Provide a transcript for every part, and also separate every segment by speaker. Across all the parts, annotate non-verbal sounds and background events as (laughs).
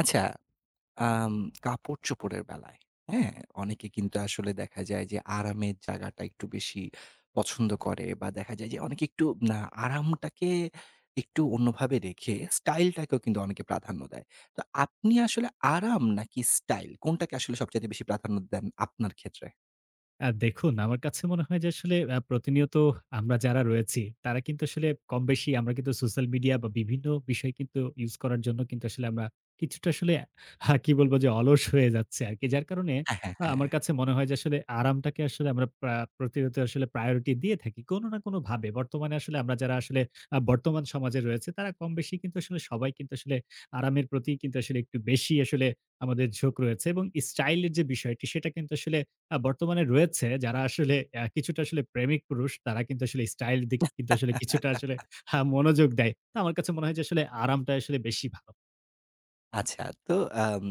Speaker 1: আচ্ছা, আম কাপড়-চোপড়ের বেলায়, হ্যাঁ? অনেকে কিন্তু আসলে দেখা যায় যে আরামের জায়গাটা একটু বেশি পছন্দ করে বা দেখা যায় যে অনেকে একটু না আরামটাকে একটু অন্যভাবে রেখে স্টাইলটাকেও কিন্তু অনেকে প্রাধান্য দেয়। তো আপনি আসলে আরাম নাকি স্টাইল কোনটাকে আসলে সবচাইতে বেশি প্রাধান্য দেন আপনার ক্ষেত্রে?
Speaker 2: দেখুন, আমার কাছে মনে হয় যে আসলে প্রতিনিয়ত আমরা যারা রয়েছি, তারা কিন্তু আসলে কমবেশি আমরা কিন্তু সোশ্যাল মিডিয়া বা বিভিন্ন বিষয় কিন্তু ইউজ করার জন্য কিন্তু আসলে আমরা কিছুটা আসলে কি বলব যে অলস হয়ে যাচ্ছে আরকি। যার কারণে
Speaker 1: হ্যাঁ, হ্যাঁ,
Speaker 2: আমার কাছে মনে হয় যে আসলে আরামটাকে আসলে আমরা প্রতিনিয়ত আসলে প্রায়োরিটি দিয়ে থাকি কোনো না কোনোভাবে। বর্তমানে আসলে আমরা যারা আসলে বর্তমান সমাজে রয়েছে তারা কমবেশি কিন্তু আসলে সবাই কিন্তু আসলে আরামের প্রতি কিন্তু আসলে একটু বেশি আসলে আমাদের ঝোঁক রয়েছে এবং স্টাইল এর যে বিষয়টি সেটা কিন্তু আসলে বর্তমানে রয়েছে যারা আসলে কিছুটা আসলে প্রেমিক পুরুষ তারা কিন্তু আসলে স্টাইল দিকে কিন্তু আসলে কিছুটা
Speaker 1: হ্যাঁ।
Speaker 2: আসলে মনোযোগ দেয়। তো আমার কাছে মনে হয় যে আসলে আরামটা আসলে বেশি ভালো।
Speaker 1: আচ্ছা, তো আম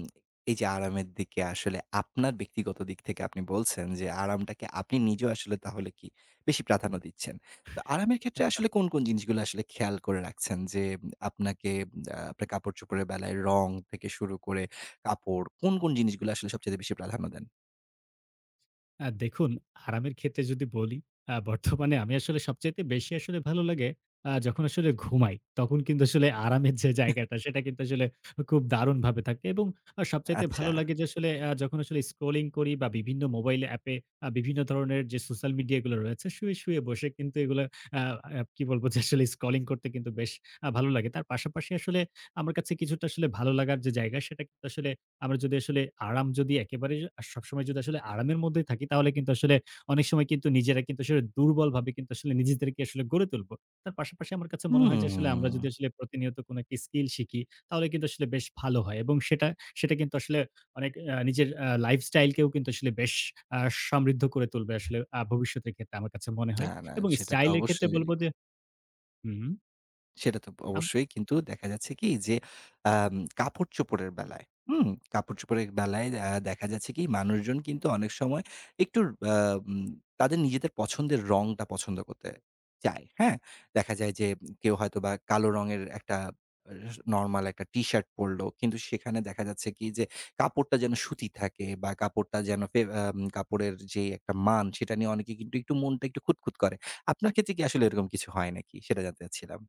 Speaker 1: এই যে আরামের দিকে আসলে আপনার ব্যক্তিগত দিক থেকে আপনি বলছেন যে আরামটাকে আপনি নিজেও আসলে তাহলে কি বেশি প্রাধান্য দিচ্ছেন। তো আরামের ক্ষেত্রে আসলে কোন, কোন জিনিসগুলো আসলে খেয়াল করে রাখছেন যে আপনাকে আপনার কাপড়-চোপড়ের বেলায় রং থেকে শুরু করে কাপড় কোন, কোন জিনিসগুলো আসলে সবচাইতে বেশি প্রাধান্য দেন?
Speaker 2: দেখুন, আরামের ক্ষেত্রে যদি বলি, বর্তমানে আমি আসলে সবচাইতে বেশি আসলে ভালো লাগে যখন আসলে ঘুমাই। তখন কিন্তু আসলে আরামের যে জায়গাটা, সেটা কিন্তু আসলে খুব দারুণভাবে থাকে এবং সবচাইতে
Speaker 1: আচ্ছা।
Speaker 2: ভালো লাগে যে আসলে যখন আসলে স্ক্রলিং করি বা বিভিন্ন মোবাইল অ্যাপে বিভিন্ন ধরনের যে সোশ্যাল মিডিয়া গুলো রয়েছে, শুয়ে বসে কিন্তু এগুলো আ আ কি বলব যে আসলে স্ক্রলিং করতে কিন্তু বেশ ভালো লাগে। তার পাশাপাশি আসলে আমার কাছে কিছুটা আসলে ভালো লাগার যে জায়গা, সেটা কিন্তু আসলে আমরা যদি আসলে আরাম যদি একেবারে সবসময় যদি আসলে আরামের মধ্যেই থাকি তাহলে কিন্তু আসলে অনেক সময় কিন্তু নিজেরা কিন্তু আসলে দুর্বলভাবে কিন্তু আসলে নিজেদেরকে আসলে গড়ে তুলব। তার পাশাপাশি আমার কাছে মনে হয় যে আসলে
Speaker 1: হুম।
Speaker 2: আমরা যদি আসলে প্রতিনিয়ত কোনো একটা স্কিল শিখি তাহলে কিন্তু আসলে বেশ ভালো হয় এবং সেটা সেটা কিন্তু আসলে অনেক নিজের লাইফস্টাইলকেও কিন্তু আসলে বেশ আ সমৃদ্ধ করে তুলবে আসলে ভবিষ্যতের ক্ষেত্রে আমার কাছে মনে
Speaker 1: না,
Speaker 2: হয়
Speaker 1: না
Speaker 2: এবং
Speaker 1: সেটা তো
Speaker 2: স্টাইল এর ক্ষেত্রে
Speaker 1: অবশ্যই।
Speaker 2: বলব যে হুম।
Speaker 1: সেটা তো অবশ্যই। কিন্তু দেখা যাচ্ছে কি যে, আম কাপড়-চোপড়ের বেলায়, হুম? কাপড়-চোপড়ের বেলায় দেখা যাচ্ছে কি মানুষজন কিন্তু অনেক সময় একটু আ উম তাদের নিজেদের পছন্দের রংটা পছন্দ করতে চায়, হ্যাঁ? দেখা যায় যে কেউ হয়তোবা কালো রঙের একটা আ নরমাল একটা টি-শার্ট পরলো। কিন্তু সেখানে দেখা যাচ্ছে কি যে কাপড়টা যেন সুতি থাকে বা কাপড়টা যেন ফে আম কাপড়ের যে একটা মান সেটা নিয়ে অনেকে কিন্তু একটু মনটা একটু খুঁতখুঁত করে। আপনার ক্ষেত্রে কি আসলে এরকম কিছু হয় নাকি? সেটা জানতে চাচ্ছিলাম।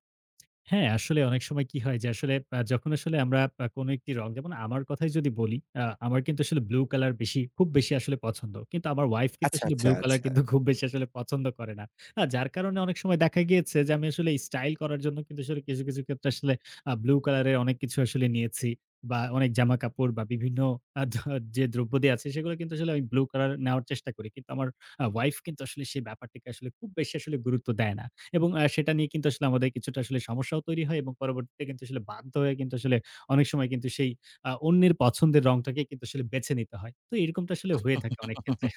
Speaker 2: হ্যাঁ, আসলে অনেক সময় কি হয় যে আসলে যখন আসলে আমরা কোনো একটি রং যেমন আমার কথাই যদি বলি, আমার কিন্তু আসলে ব্লু কালার বেশি খুব বেশি আসলে পছন্দ। কিন্তু আমার ওয়াইফ কিন্তু
Speaker 1: আচ্ছা,
Speaker 2: আসলে
Speaker 1: আচ্ছা,
Speaker 2: ব্লু কালার
Speaker 1: আচ্ছা।
Speaker 2: কিন্তু খুব বেশি আসলে পছন্দ করে না। যার কারণে অনেক সময় দেখা গিয়েছে যে আমি আসলে স্টাইল করার জন্য কিন্তু আসলে কিছু ক্ষেত্রে আসলে ব্লু কালারের অনেক কিছু আসলে নিয়েছি বা অনেক জামাকাপড় বা বিভিন্ন আ ধ যে দ্রব্যাদি আছে সেগুলো কিন্তু আসলে আমি ব্লু কালার নেওয়ার চেষ্টা করি। কিন্তু আমার ওয়াইফ কিন্তু আসলে সেই ব্যাপারটিকে আসলে খুব বেশি আসলে গুরুত্ব দেয় না। এবং সেটা নিয়ে কিন্তু আসলে আমাদের কিছুটা আসলে সমস্যাও তৈরি হয় এবং পরবর্তীতে কিন্তু আসলে বাধ্য হয়ে কিন্তু আসলে অনেক সময় কিন্তু সেই অন্যের পছন্দের রংটাকে কিন্তু আসলে বেছে নিতে হয়। তো এরকমটা আসলে হয়ে থাকে অনেক ক্ষেত্রে।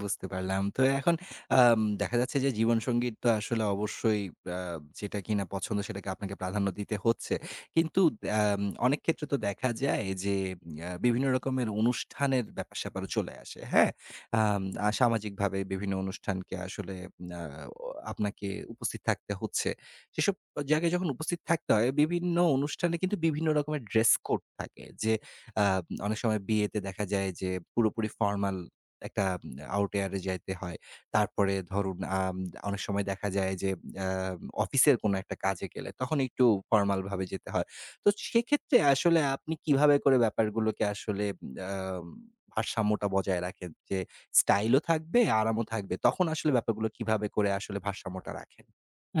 Speaker 1: বুঝতে পারলাম। তো এখন দেখা যাচ্ছে যে জীবনসঙ্গীত তো আসলে অবশ্যই আ যেটা কিনা পছন্দ সেটাকে আপনাকে প্রাধান্য দিতে হচ্ছে। কিন্তু আম অনেক ক্ষেত্রে তো দেখা যায় যে বিভিন্ন রকমের অনুষ্ঠানের ব্যাপার-স্যাপারও চলে আসে। হ্যাঁ? আম আ সামাজিকভাবে বিভিন্ন অনুষ্ঠানকে আসলে আ আপনাকে উপস্থিত থাকতে হচ্ছে। সেসব জায়গায় যখন উপস্থিত থাকতে হয় বিভিন্ন অনুষ্ঠানে কিন্তু বিভিন্ন রকমের ড্রেস কোড থাকে। যে আ অনেক সময় বিয়েতে দেখা যায় যে পুরোপুরি ফরমাল একটা আউট এয়ারে যাইতে হয়। তারপরে ধরুন অনেক সময় দেখা যায় যে আ অফিসের কোনো একটা কাজে গেলে তখন একটু ফরমাল ভাবে যেতে হয়। তো সেক্ষেত্রে আসলে আপনি কিভাবে করে ব্যাপারগুলোকে আসলে আম ভারসাম্যটা বজায় রাখেন? যে স্টাইলও থাকবে, আরামও থাকবে। তখন আসলে ব্যাপারগুলো কিভাবে করে আসলে ভারসাম্যটা রাখেন?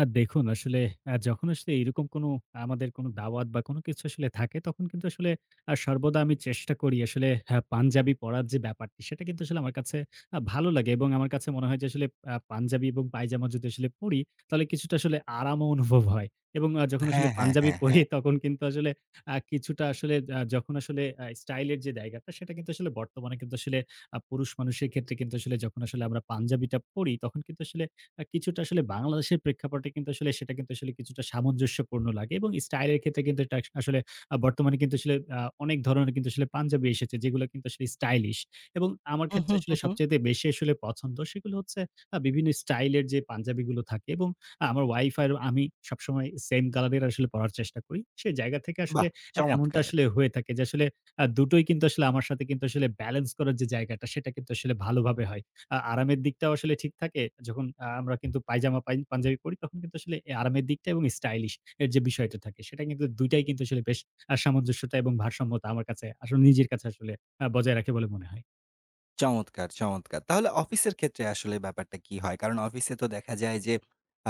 Speaker 2: দেখুন আসলে যখন আসলে এরকম কোনো আমাদের কোনো দাওয়াত বা কোনো কিছু আসলে থাকে, তখন কিন্তু আসলে সর্বদা আমি চেষ্টা করি আসলে পাঞ্জাবি পরার যে ব্যাপারটি, সেটা কিন্তু আসলে আমার কাছে ভালো লাগে এবং আমার কাছে মনে হয় যে আসলে পাঞ্জাবি এবং পায়জামা যদি আসলে পরি, তাহলে কিছুটা আসলে আরামও অনুভব হয় এবং যখন আসলে
Speaker 1: হ্যাঁ, হ্যাঁ,
Speaker 2: পাঞ্জাবি
Speaker 1: হ্যাঁ,
Speaker 2: (laughs) পরি,
Speaker 1: হ্যাঁ।
Speaker 2: তখন কিন্তু আসলে কিছুটা আসলে যখন আসলে স্টাইলের যে জায়গাটা, সেটা কিন্তু আসলে বর্তমানে কিন্তু আসলে পুরুষ মানুষের ক্ষেত্রে কিন্তু আসলে যখন আসলে আমরা পাঞ্জাবিটা পরি, তখন কিন্তু আসলে কিছুটা আসলে বাংলাদেশের প্রেক্ষাপটে কিন্তু আসলে সেটা কিন্তু আসলে কিছুটা সামঞ্জস্যপূর্ণ লাগে এবং স্টাইলের ক্ষেত্রে কিন্তু এটা আসলে বর্তমানে কিন্তু আসলে অনেক ধরনের কিন্তু আসলে পাঞ্জাবি এসেছে যেগুলো কিন্তু আসলে স্টাইলিশ এবং আমার
Speaker 1: হু, হু,
Speaker 2: ক্ষেত্রে
Speaker 1: হু,
Speaker 2: আসলে
Speaker 1: হু।
Speaker 2: সবচাইতে বেশি আসলে পছন্দ সেগুলো হচ্ছে বিভিন্ন স্টাইলের যে পাঞ্জাবিগুলো থাকে এবং আমার ওয়াইফ আর আমি সবসময় সেম কালারের আসলে পড়ার চেষ্টা করি। সে জায়গা থেকে আসলে
Speaker 1: বাহ!
Speaker 2: এমনটা
Speaker 1: চমৎকার।
Speaker 2: আসলে হয়ে থাকে যে আসলে দুটোই কিন্তু আসলে আমার সাথে কিন্তু আসলে ব্যালেন্স করার যে জায়গাটা সেটা কিন্তু আসলে ভালোভাবে হয়। আরামের দিকটাও আসলে ঠিক থাকে। যখন আমরা কিন্তু পায়জামা পাই পাঞ্জাবি পড়ি তখন কিন্তু আসলে আরামের দিকটা এবং স্টাইলিশ এর যে বিষয়টা থাকে সেটা কিন্তু ২ টাই কিন্তু আসলে বেশ সামঞ্জস্যতা এবং ভারসাম্যতা আমার কাছে আসলে নিজের কাছে আসলে বজায় রাখে বলে মনে হয়।
Speaker 1: চমৎকার, চমৎকার। তাহলে অফিসের ক্ষেত্রে আসলে ব্যাপারটা কি হয়? কারণ অফিসে তো দেখা যায় যে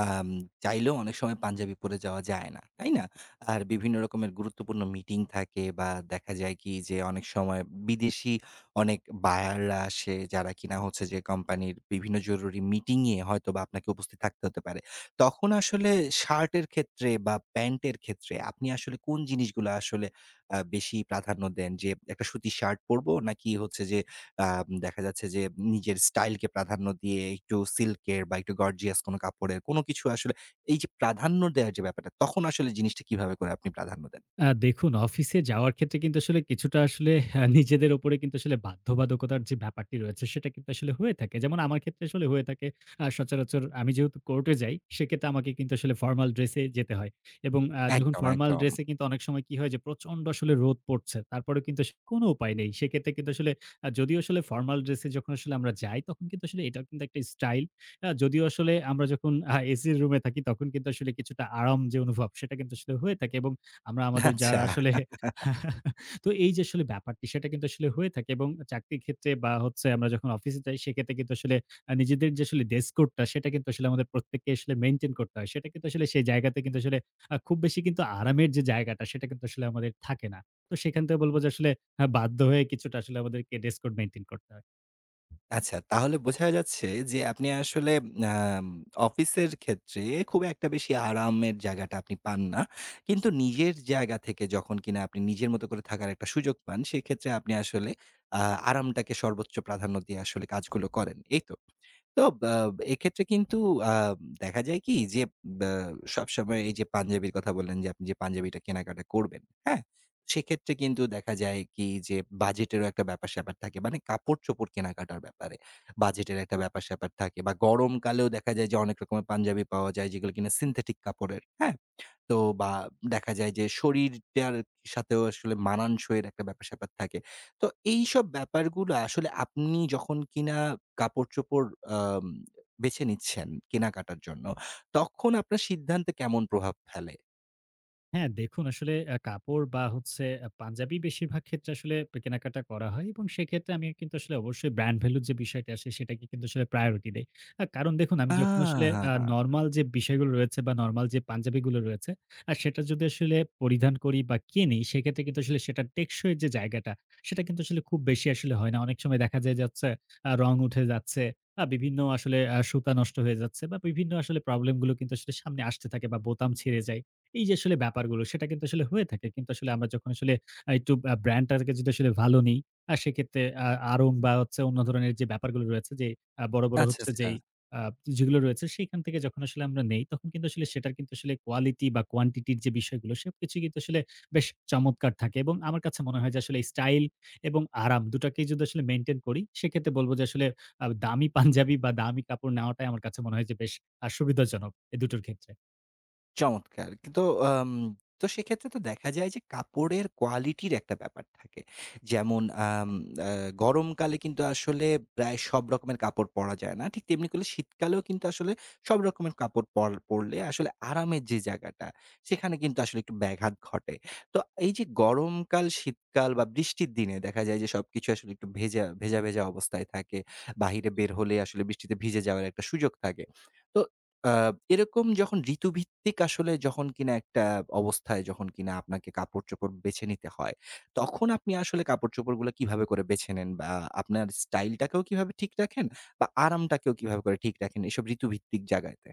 Speaker 1: আম চাইলেও অনেক সময় পাঞ্জাবি পরে যাওয়া যায় না। তাই না? আর বিভিন্ন রকমের গুরুত্বপূর্ণ মিটিং থাকে বা দেখা যায় কি যে অনেক সময় বিদেশি অনেক বায়াররা আসে যারা কিনা হচ্ছে যে কোম্পানির বিভিন্ন জরুরি মিটিং এ হয়তোবা আপনাকে উপস্থিত থাকতে হতে পারে। তখন আসলে শার্টের ক্ষেত্রে বা প্যান্টের ক্ষেত্রে আপনি আসলে কোন জিনিসগুলো আসলে বেশি প্রাধান্য দেন? যে একটা সুতির শার্ট পরবো নাকি হচ্ছে যে দেখা যাচ্ছে যে নিজের স্টাইলকে প্রাধান্য দিয়ে একটু সিল্কের বা একটু গর্জিয়াস কোনো কাপড়ের কোনো কিছু আসলে এই যে প্রাধান্য দেওয়ার যে ব্যাপারটা, তখন আসলে জিনিসটা কিভাবে করে আপনি প্রাধান্য দেন?
Speaker 2: দেখুন অফিসে যাওয়ার ক্ষেত্রে কিন্তু আসলে কিছুটা আসলে হ্যাঁ, নিজেদের উপরে কিন্তু আসলে বাধ্যবাধকতার যে ব্যাপারটি রয়েছে সেটা কিন্তু আসলে হয়ে থাকে। যেমন আমার ক্ষেত্রে আসলে হয়ে থাকে সচরাচর আমি যেহেতু কোর্টে যাই সেক্ষেত্রে আমাকে কিন্তু আসলে ফর্মাল ড্রেসে যেতে হয় এবং যখন
Speaker 1: একদম,
Speaker 2: ফর্মাল
Speaker 1: একদম।
Speaker 2: ড্রেসে কিন্তু অনেক সময় কি হয় যে প্রচন্ড আসলে রোদ পড়ছে। তারপরেও কিন্তু আসলে কোনো উপায় নেই। সেক্ষেত্রে কিন্তু আসলে যদিও আসলে ফর্মাল ড্রেসে যখন আসলে আমরা যাই তখন কিন্তু আসলে এটাও কিন্তু একটা স্টাইল। যদিও আসলে আমরা যখন এসির রুমে থাকি তখন কিন্তু আসলে কিছুটা আরাম যে অনুভব সেটা কিন্তু আসলে হয়ে থাকে এবং আমরা আমাদের
Speaker 1: আচ্ছা,
Speaker 2: যারা আসলে (laughs) তো এই যে আসলে ব্যাপারটি সেটা কিন্তু আসলে হয়ে থাকে এবং চাকরির ক্ষেত্রে বা হচ্ছে আমরা যখন অফিসে যাই সেক্ষেত্রে কিন্তু আসলে নিজেদের যে আসলে ড্রেস কোডটা সেটা কিন্তু আসলে আমাদের প্রত্যেককে আসলে মেইনটেইন করতে হয়। সেটা কিন্তু আসলে সেই জায়গাতে কিন্তু আসলে খুব বেশি কিন্তু আরামের যে জায়গাটা সেটা কিন্তু আসলে আমাদের থাকে না। তো সেখান থেকে বলব যে আসলে বাধ্য হয়ে কিছুটা আসলে আমাদেরকে ড্রেস কোড মেইনটেইন করতে হয়।
Speaker 1: আচ্ছা তাহলে বোঝা যাচ্ছে যে আপনি আসলে আম অফিসের ক্ষেত্রে খুব একটা বেশি আরামের জায়গাটা আপনি পান না। কিন্তু নিজের জায়গা থেকে যখন কিনা আপনি নিজের মতো করে থাকার একটা সুযোগ পান, সেক্ষেত্রে আপনি আসলে আ আরামটাকে সর্বোচ্চ প্রাধান্য দিয়ে আসলে কাজগুলো করেন। এই তো? তো বা এক্ষেত্রে কিন্তু আ দেখা যায় কি যে বা সবসময় এই যে পাঞ্জাবির কথা বললেন যে আপনি যে পাঞ্জাবিটা কেনাকাটা করবেন, হ্যাঁ? সেক্ষেত্রে কিন্তু দেখা যায় কি যে বাজেটেরও একটা ব্যাপার-স্যাপার থাকে। মানে কাপড়-চোপড় কেনাকাটার ব্যাপারে বাজেটের একটা ব্যাপার-স্যাপার থাকে বা গরমকালেও দেখা যায় যে অনেক রকমের পাঞ্জাবি পাওয়া যায় যেগুলো কিনা সিনথেটিক কাপড়ের, হ্যাঁ? তো বা দেখা যায় যে শরীরটার সাথেও আসলে মানানসইয়ের একটা ব্যাপার-স্যাপার থাকে। তো এইসব ব্যাপারগুলো আসলে আপনি যখন কিনা কাপড়-চোপড় আম বেছে নিচ্ছেন কেনাকাটার জন্য, তখন আপনার সিদ্ধান্তে কেমন প্রভাব ফেলে?
Speaker 2: হ্যাঁ, দেখুন আসলে কাপড় বা হচ্ছে পাঞ্জাবি বেশিরভাগ ক্ষেত্রে আসলে কেনাকাটা করা হয় এবং সেক্ষেত্রে আমি কিন্তু আসলে অবশ্যই ব্র্যান্ড ভ্যালু যে বিষয়টা আসে সেটাকে কিন্তু আসলে প্রায়োরিটি দেই। কারণ দেখুন আমি যখন আসলে
Speaker 1: আ
Speaker 2: নরমাল যে বিষয়গুলো রয়েছে বা নরমাল যে পাঞ্জাবিগুলো রয়েছে, সেটা যদি আসলে পরিধান করি বা কিনি সেক্ষেত্রে কিন্তু আসলে সেটার টেকসই যে জায়গাটা সেটা কিন্তু আসলে খুব বেশি আসলে হয় না। অনেক সময় দেখা যায় যাচ্ছে রং উঠে যাচ্ছে, বিভিন্ন আসলে সুতা নষ্ট হয়ে যাচ্ছে বা বিভিন্ন আসলে প্রবলেম গুলো কিন্তু আসলে সামনে আসতে থাকে বা বোতাম ছিঁড়ে যায়। এই যে আসলে ব্যাপারগুলো সেটা কিন্তু আসলে হয়ে থাকে। কিন্তু আসলে আমরা যখন আসলে একটু ব্র্যান্ড টাকে যদি আসলে ভালো নেই, সেক্ষেত্রে আড়ং বা হচ্ছে অন্য ধরনের যে ব্যাপারগুলো রয়েছে যে বড়
Speaker 1: আচ্ছা,
Speaker 2: হচ্ছে
Speaker 1: আচ্ছা।
Speaker 2: যেই আ যেগুলো রয়েছে সেখান থেকে যখন আসলে আমরা নেই তখন কিন্তু আসলে সেটার কিন্তু আসলে কোয়ালিটি বা কোয়ান্টিটির যে বিষয়গুলো সবকিছু কিন্তু আসলে বেশ চমৎকার থাকে এবং আমার কাছে মনে হয় যে আসলে স্টাইল এবং আরাম দুটাকেই যদি আসলে মেইনটেইন করি সেক্ষেত্রে বলব যে আসলে দামি পাঞ্জাবি বা দামি কাপড় নেওয়াটাই আমার কাছে মনে হয় যে বেশ সুবিধাজনক এ দুটোর ক্ষেত্রে।
Speaker 1: চমৎকার! কিন্তু আম তো সেক্ষেত্রে তো দেখা যায় যে কাপড়ের কোয়ালিটির একটা ব্যাপার থাকে। যেমন আম আ গরমকালে কিন্তু আসলে প্রায় সব রকমের কাপড় পরা যায় না। ঠিক তেমনি করলে শীতকালেও কিন্তু আসলে সব রকমের কাপড় পরলে আসলে আরামের যে জায়গাটা, সেখানে কিন্তু আসলে একটু ব্যাঘাত ঘটে। তো এই যে গরমকাল, শীতকাল বা বৃষ্টির দিনে দেখা যায় যে সবকিছু আসলে একটু ভেজা, ভেজা, ভেজা অবস্থায় থাকে। বাহিরে বের হলে আসলে বৃষ্টিতে ভিজে যাওয়ার একটা সুযোগ থাকে। তো আ এরকম যখন ঋতুভিত্তিক আসলে যখন কিনা একটা অবস্থায় যখন কিনা আপনাকে কাপড়-চোপড় বেছে নিতে হয়, তখন আপনি আসলে কাপড়-চোপড়গুলো কিভাবে করে বেছে নেন? বা আপনার স্টাইলটাকেও কিভাবে ঠিক রাখেন বা আরামটাকেও কিভাবে করে ঠিক রাখেন এসব ঋতুভিত্তিক জায়গাতে?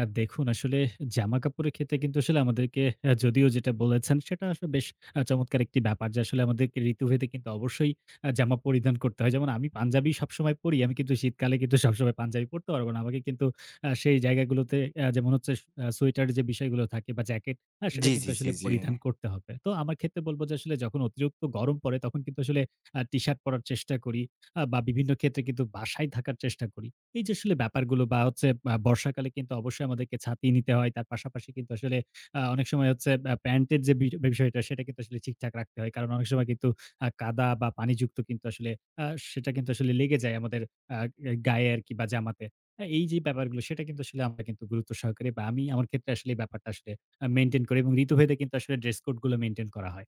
Speaker 2: দেখুন আসলে জামাকাপড়ের ক্ষেত্রে কিন্তু আসলে আমাদেরকে যদিও যেটা বলেছেন সেটা আসলে বেশ চমৎকার একটি ব্যাপার যে আসলে আমাদেরকে ঋতুভেদে কিন্তু অবশ্যই জামা পরিধান করতে হয়। যেমন আমি পাঞ্জাবি সবসময় পরি। আমি কিন্তু শীতকালে কিন্তু সবসময় পাঞ্জাবি পরতে পারব না। আমাকে কিন্তু সেই জায়গাগুলোতে যেমন হচ্ছে সোয়েটারের যে বিষয়গুলো থাকে বা জ্যাকেট সেটা
Speaker 1: জি,
Speaker 2: কিন্তু
Speaker 1: জি, জি,
Speaker 2: আসলে
Speaker 1: জি।
Speaker 2: পরিধান করতে হবে। তো আমার ক্ষেত্রে বলব যে আসলে যখন অতিরিক্ত গরম পড়ে তখন কিন্তু আসলে টি-শার্ট পরার চেষ্টা করি বা বিভিন্ন ক্ষেত্রে কিন্তু বাসায় থাকার চেষ্টা করি। এই যে আসলে ব্যাপারগুলো বা হচ্ছে বর্ষাকালে কিন্তু অবশ্যই আমাদেরকে ছাতি নিতে হয়। তার পাশাপাশি কিন্তু আসলে অনেক সময় হচ্ছে প্যান্টের যে বিষয়টা সেটা কিন্তু আসলে ঠিকঠাক রাখতে হয়। কারণ অনেক সময় কিন্তু কাদা বা পানিযুক্ত কিন্তু আসলে আ সেটা কিন্তু আসলে লেগে যায় আমাদের আ গায়ে আরকি বা জামাতে। এই যে ব্যাপারগুলো সেটা কিন্তু আসলে আমরা কিন্তু গুরুত্ব সহকারে বা আমি আমার ক্ষেত্রে আসলে এই ব্যাপারটা আসলে মেইনটেইন করি এবং ঋতুভেদে কিন্তু আসলে ড্রেস কোড গুলো মেইনটেইন করা হয়।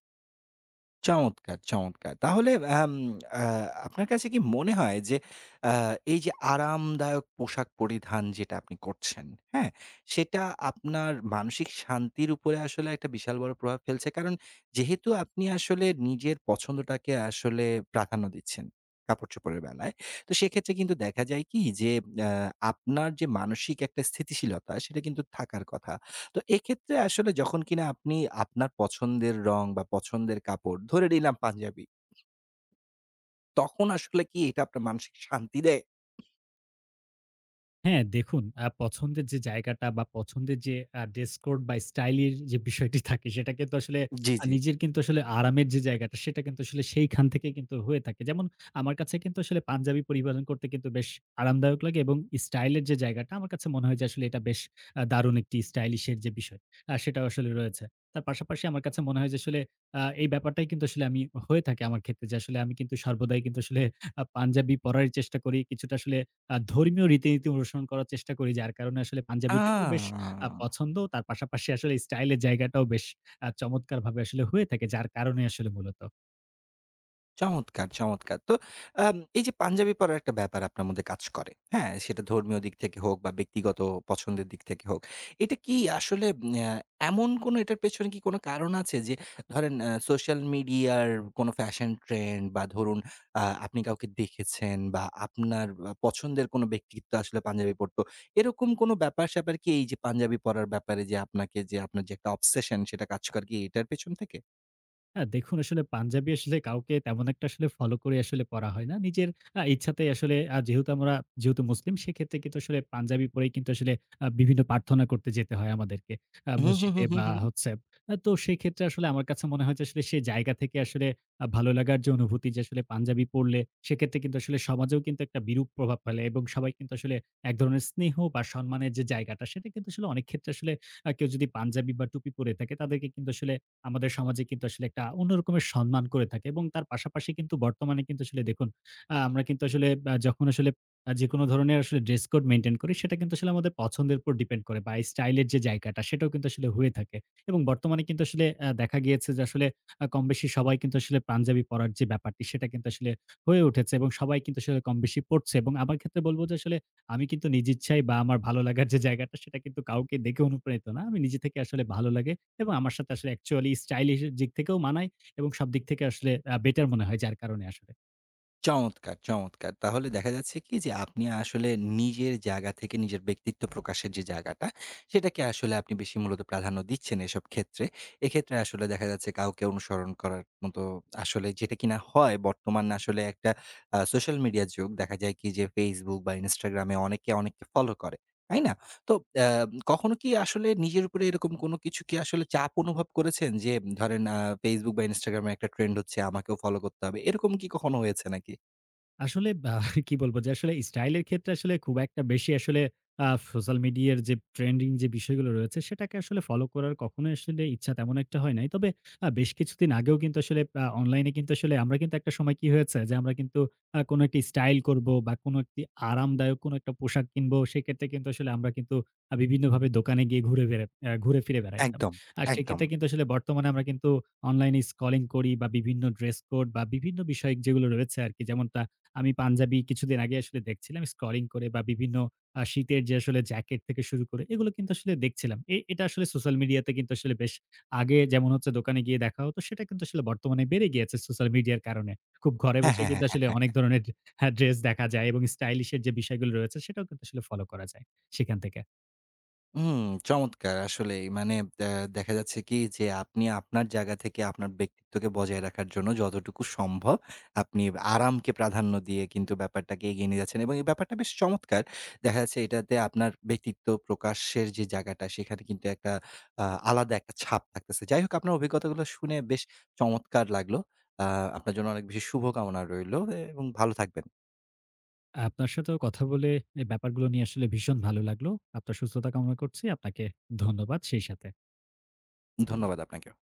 Speaker 1: চমৎকার, চমৎকার। তাহলে আম আ আপনার কাছে কি মনে হয় যে আ এই যে আরামদায়ক পোশাক পরিধান যেটা আপনি করছেন, হ্যাঁ? সেটা আপনার মানসিক শান্তির উপরে আসলে একটা বিশাল বড় প্রভাব ফেলছে। কারণ যেহেতু আপনি আসলে নিজের পছন্দটাকে আসলে প্রাধান্য দিচ্ছেন কাপড়-চোপড়ের বেলায়। তো সেক্ষেত্রে কিন্তু দেখা যায় কি যে আ আপনার যে মানসিক একটা স্থিতিশীলতা সেটা কিন্তু থাকার কথা। তো এক্ষেত্রে আসলে যখন কিনা আপনি আপনার পছন্দের রং বা পছন্দের কাপড়, ধরে নিলাম পাঞ্জাবি। তখন আসলে কি এটা আপনার মানসিক শান্তি দেয়?
Speaker 2: হ্যাঁ, দেখুন পছন্দের যে জায়গাটা বা পছন্দের যে ড্রেস কোড বা স্টাইল এর যে বিষয়টি থাকে সেটা কিন্তু আসলে
Speaker 1: জি, জি।
Speaker 2: নিজের কিন্তু আসলে আরামের যে জায়গাটা সেটা কিন্তু আসলে সেইখান থেকে কিন্তু হয়ে থাকে। যেমন আমার কাছে কিন্তু আসলে পাঞ্জাবি পরিধান করতে কিন্তু বেশ আরামদায়ক লাগে এবং স্টাইল এর যে জায়গাটা আমার কাছে মনে হয় যে আসলে এটা বেশ দারুণ একটি স্টাইলিশ এর যে বিষয় সেটাও আসলে রয়েছে। তার পাশাপাশি আমার কাছে মনে হয় যে আসলে এই ব্যাপারটাই কিন্তু আসলে আমি হয়ে থাকে আমার ক্ষেত্রে যে আসলে আমি কিন্তু সর্বদাই কিন্তু আসলে পাঞ্জাবি পরার চেষ্টা করি। কিছুটা আসলে ধর্মীয় রীতিনীতি অনুসরণ করার চেষ্টা করি। যার কারণে আসলে
Speaker 1: আ
Speaker 2: পাঞ্জাবিটাকেও বেশ পছন্দ। তার পাশাপাশি আসলে স্টাইল এর জায়গাটাও বেশ চমৎকারভাবে আসলে হয়ে থাকে। যার কারণে আসলে মূলত।
Speaker 1: চমৎকার, চমৎকার। তো এই যে পাঞ্জাবি পরার একটা ব্যাপার আপনার মধ্যে কাজ করে। হ্যাঁ? সেটা ধর্মীয় দিক থেকে হোক বা ব্যক্তিগত পছন্দের দিক থেকে হোক। এটা কি আসলে আ এমন কোনো এটার পেছনে কি কোনো কারণ আছে যে ধরেন সোশ্যাল মিডিয়ার কোনো ফ্যাশন ট্রেন্ড বা ধরুন আপনি কাউকে দেখেছেন বা আপনার পছন্দের কোনো ব্যক্তিত্ব আসলে পাঞ্জাবি পরতো। এরকম কোনো ব্যাপার-স্যাপার কি এই যে পাঞ্জাবি পরার ব্যাপারে যে আপনাকে যে আপনার যে একটা অবসেশন সেটা কাজ করে কি এটার পেছন থেকে?
Speaker 2: হ্যাঁ, দেখুন আসলে পাঞ্জাবি আসলে কাউকে তেমন একটা আসলে ফলো করে আসলে পড়া হয় না। নিজের ইচ্ছাতেই আসলে যেহেতু আমরা যেহেতু মুসলিম সেক্ষেত্রে কিন্তু আসলে পাঞ্জাবি পরেই কিন্তু আসলে বিভিন্ন প্রার্থনা করতে যেতে হয় আমাদেরকে।
Speaker 1: হুম হুম
Speaker 2: মসজিদে
Speaker 1: হুম হুম
Speaker 2: বা
Speaker 1: হুম
Speaker 2: হচ্ছে তো সেক্ষেত্রে আসলে আমার কাছে মনে হয় যে আসলে সে জায়গা থেকে আসলে ভালো লাগার যে অনুভূতি যে আসলে পাঞ্জাবি পড়লে সেক্ষেত্রে কিন্তু আসলে সমাজেও কিন্তু একটা বিরূপ প্রভাব ফেলে এবং সবাই কিন্তু আসলে এক ধরনের স্নেহ বা সম্মানের যে জায়গাটা সেটা কিন্তু আসলে অনেক ক্ষেত্রে আসলে কেউ যদি পাঞ্জাবি বা টুপি পরে থাকে তাদেরকে কিন্তু আসলে আমাদের সমাজে কিন্তু আসলে একটা অন্য রকমের সম্মান করে থাকে এবং তার পাশাপাশি কিন্তু বর্তমানে কিন্তু আসলে দেখুন আমরা কিন্তু আসলে যখন আসলে যেকোনো ধরনের আসলে ড্রেস কোড মেইনটেইন করি সেটা কিন্তু আসলে আমাদের পছন্দের উপর ডিপেন্ড করে বা স্টাইল এর যে জায়গাটা সেটাও কিন্তু আসলে হয়ে থাকে এবং বর্তমানে কিন্তু আসলে দেখা গিয়েছে যে আসলে কমবেশি সবাই কিন্তু আসলে পাঞ্জাবি পরার যে ব্যাপারটি সেটা কিন্তু আসলে হয়ে উঠেছে এবং সবাই কিন্তু আসলে কমবেশি পড়ছে এবং আমার ক্ষেত্রে বলব যে আসলে আমি কিন্তু নিজ ইচ্ছায় বা আমার ভালো লাগার যে জায়গাটা সেটা কিন্তু কাউকে দেখে অনুপ্রাণিত না। আমি নিজে থেকে আসলে ভালো লাগে এবং আমার সাথে আসলে অ্যাকচুয়ালি স্টাইলিশ এর দিক থেকেও মানায় এবং সব দিক থেকে আসলে বেটার মনে হয় যার কারণে আসলে।
Speaker 1: চমৎকার, চমৎকার! তাহলে দেখা যাচ্ছে কি যে আপনি আসলে নিজের জায়গা থেকে নিজের ব্যক্তিত্ব প্রকাশের যে জায়গাটা, সেটাকে আসলে আপনি বেশি মূলত প্রাধান্য দিচ্ছেন এসব ক্ষেত্রে। এক্ষেত্রে আসলে দেখা যাচ্ছে কাউকে অনুসরণ করার মতো আসলে যেটা কিনা হয় বর্তমান আসলে একটা সোশ্যাল মিডিয়ার যুগ। দেখা যায় কি যে Facebook বা Instagram এ অনেকে অনেককে ফলো করে। তাই না? তো আ কখনো কি আসলে নিজের উপরে এরকম কোনো কিছু কি আসলে চাপ অনুভব করেছেন? যে ধরেন Facebook বা Instagram এ একটা ট্রেন্ড হচ্ছে আমাকেও ফলো করতে হবে। এরকম কি কখনো হয়েছে নাকি?
Speaker 2: আসলে বা (laughs) কি বলব যে আসলে স্টাইলের ক্ষেত্রে আসলে খুব একটা বেশি আসলে আ সোশ্যাল মিডিয়ার যে ট্রেন্ডিং যে বিষয়গুলো রয়েছে সেটাকে আসলে ফলো করার কখনোই আসলে ইচ্ছা তেমন একটা হয় নাই। তবে বেশ কিছুদিন আগেও কিন্তু আসলে অনলাইনে কিন্তু আসলে আমরা কিন্তু একটা সময় কি হয়েছে যে আমরা কিন্তু কোনো একটি স্টাইল করব বা কোনো একটি আরামদায়ক কোনো একটা পোশাক কিনবো সেক্ষেত্রে কিন্তু আসলে আমরা কিন্তু বিভিন্নভাবে দোকানে গিয়ে ঘুরে ফিরে বেড়াইতাম।
Speaker 1: একদম,
Speaker 2: আর
Speaker 1: একদম।
Speaker 2: সেক্ষেত্রে কিন্তু আসলে বর্তমানে আমরা কিন্তু অনলাইনে স্ক্রলিং করি বা বিভিন্ন ড্রেস কোড বা বিভিন্ন বিষয় যেগুলো রয়েছে আরকি যেমনটা আমি পাঞ্জাবি কিছুদিন আগে আসলে দেখছিলাম স্ক্রলিং করে বা বিভিন্ন শীতের যে আসলে জ্যাকেট থেকে শুরু করে এগুলো কিন্তু আসলে দেখছিলাম। এটা আসলে সোশ্যাল মিডিয়াতে কিন্তু আসলে বেশ আগে যেমন হচ্ছে দোকানে গিয়ে দেখা হতো সেটা কিন্তু আসলে বর্তমানে বেড়ে গিয়েছে সোশ্যাল মিডিয়ার কারণে। খুব ঘরে
Speaker 1: হ্যাঁ,
Speaker 2: বসে
Speaker 1: হ্যাঁ, হ্যাঁ,
Speaker 2: কিন্তু আসলে
Speaker 1: হ্যাঁ।
Speaker 2: অনেক ধরনের হ্যাঁ, ড্রেস দেখা যায় এবং স্টাইলিশ এর যে বিষয়গুলো রয়েছে সেটাও কিন্তু আসলে ফলো করা যায় সেখান থেকে।
Speaker 1: হুম, চমৎকার আসলেই। মানে আ দেখা যাচ্ছে কি যে আপনি আপনার জায়গা থেকে আপনার ব্যক্তিত্বকে বজায় রাখার জন্য যতটুকু সম্ভব আপনি আরামকে প্রাধান্য দিয়ে কিন্তু ব্যাপারটাকে এগিয়ে নিয়ে যাচ্ছেন এবং এই ব্যাপারটা বেশ চমৎকার। দেখা যাচ্ছে এটাতে আপনার ব্যক্তিত্ব প্রকাশের যে জায়গাটা সেখানে কিন্তু একটা আ আলাদা একটা ছাপ থাকতেছে। যাই হোক আপনার অভিজ্ঞতাগুলো শুনে বেশ চমৎকার লাগলো। আ আপনার জন্য অনেক বেশি শুভকামনা রইলো এবং ভালো থাকবেন।
Speaker 2: আপনার সাথেও কথা বলে এই ব্যাপারগুলো নিয়ে আসলে ভীষণ ভালো লাগলো। আপনার সুস্থতা কামনা করছি। আপনাকে ধন্যবাদ সেই সাথে।
Speaker 1: ধন্যবাদ আপনাকেও।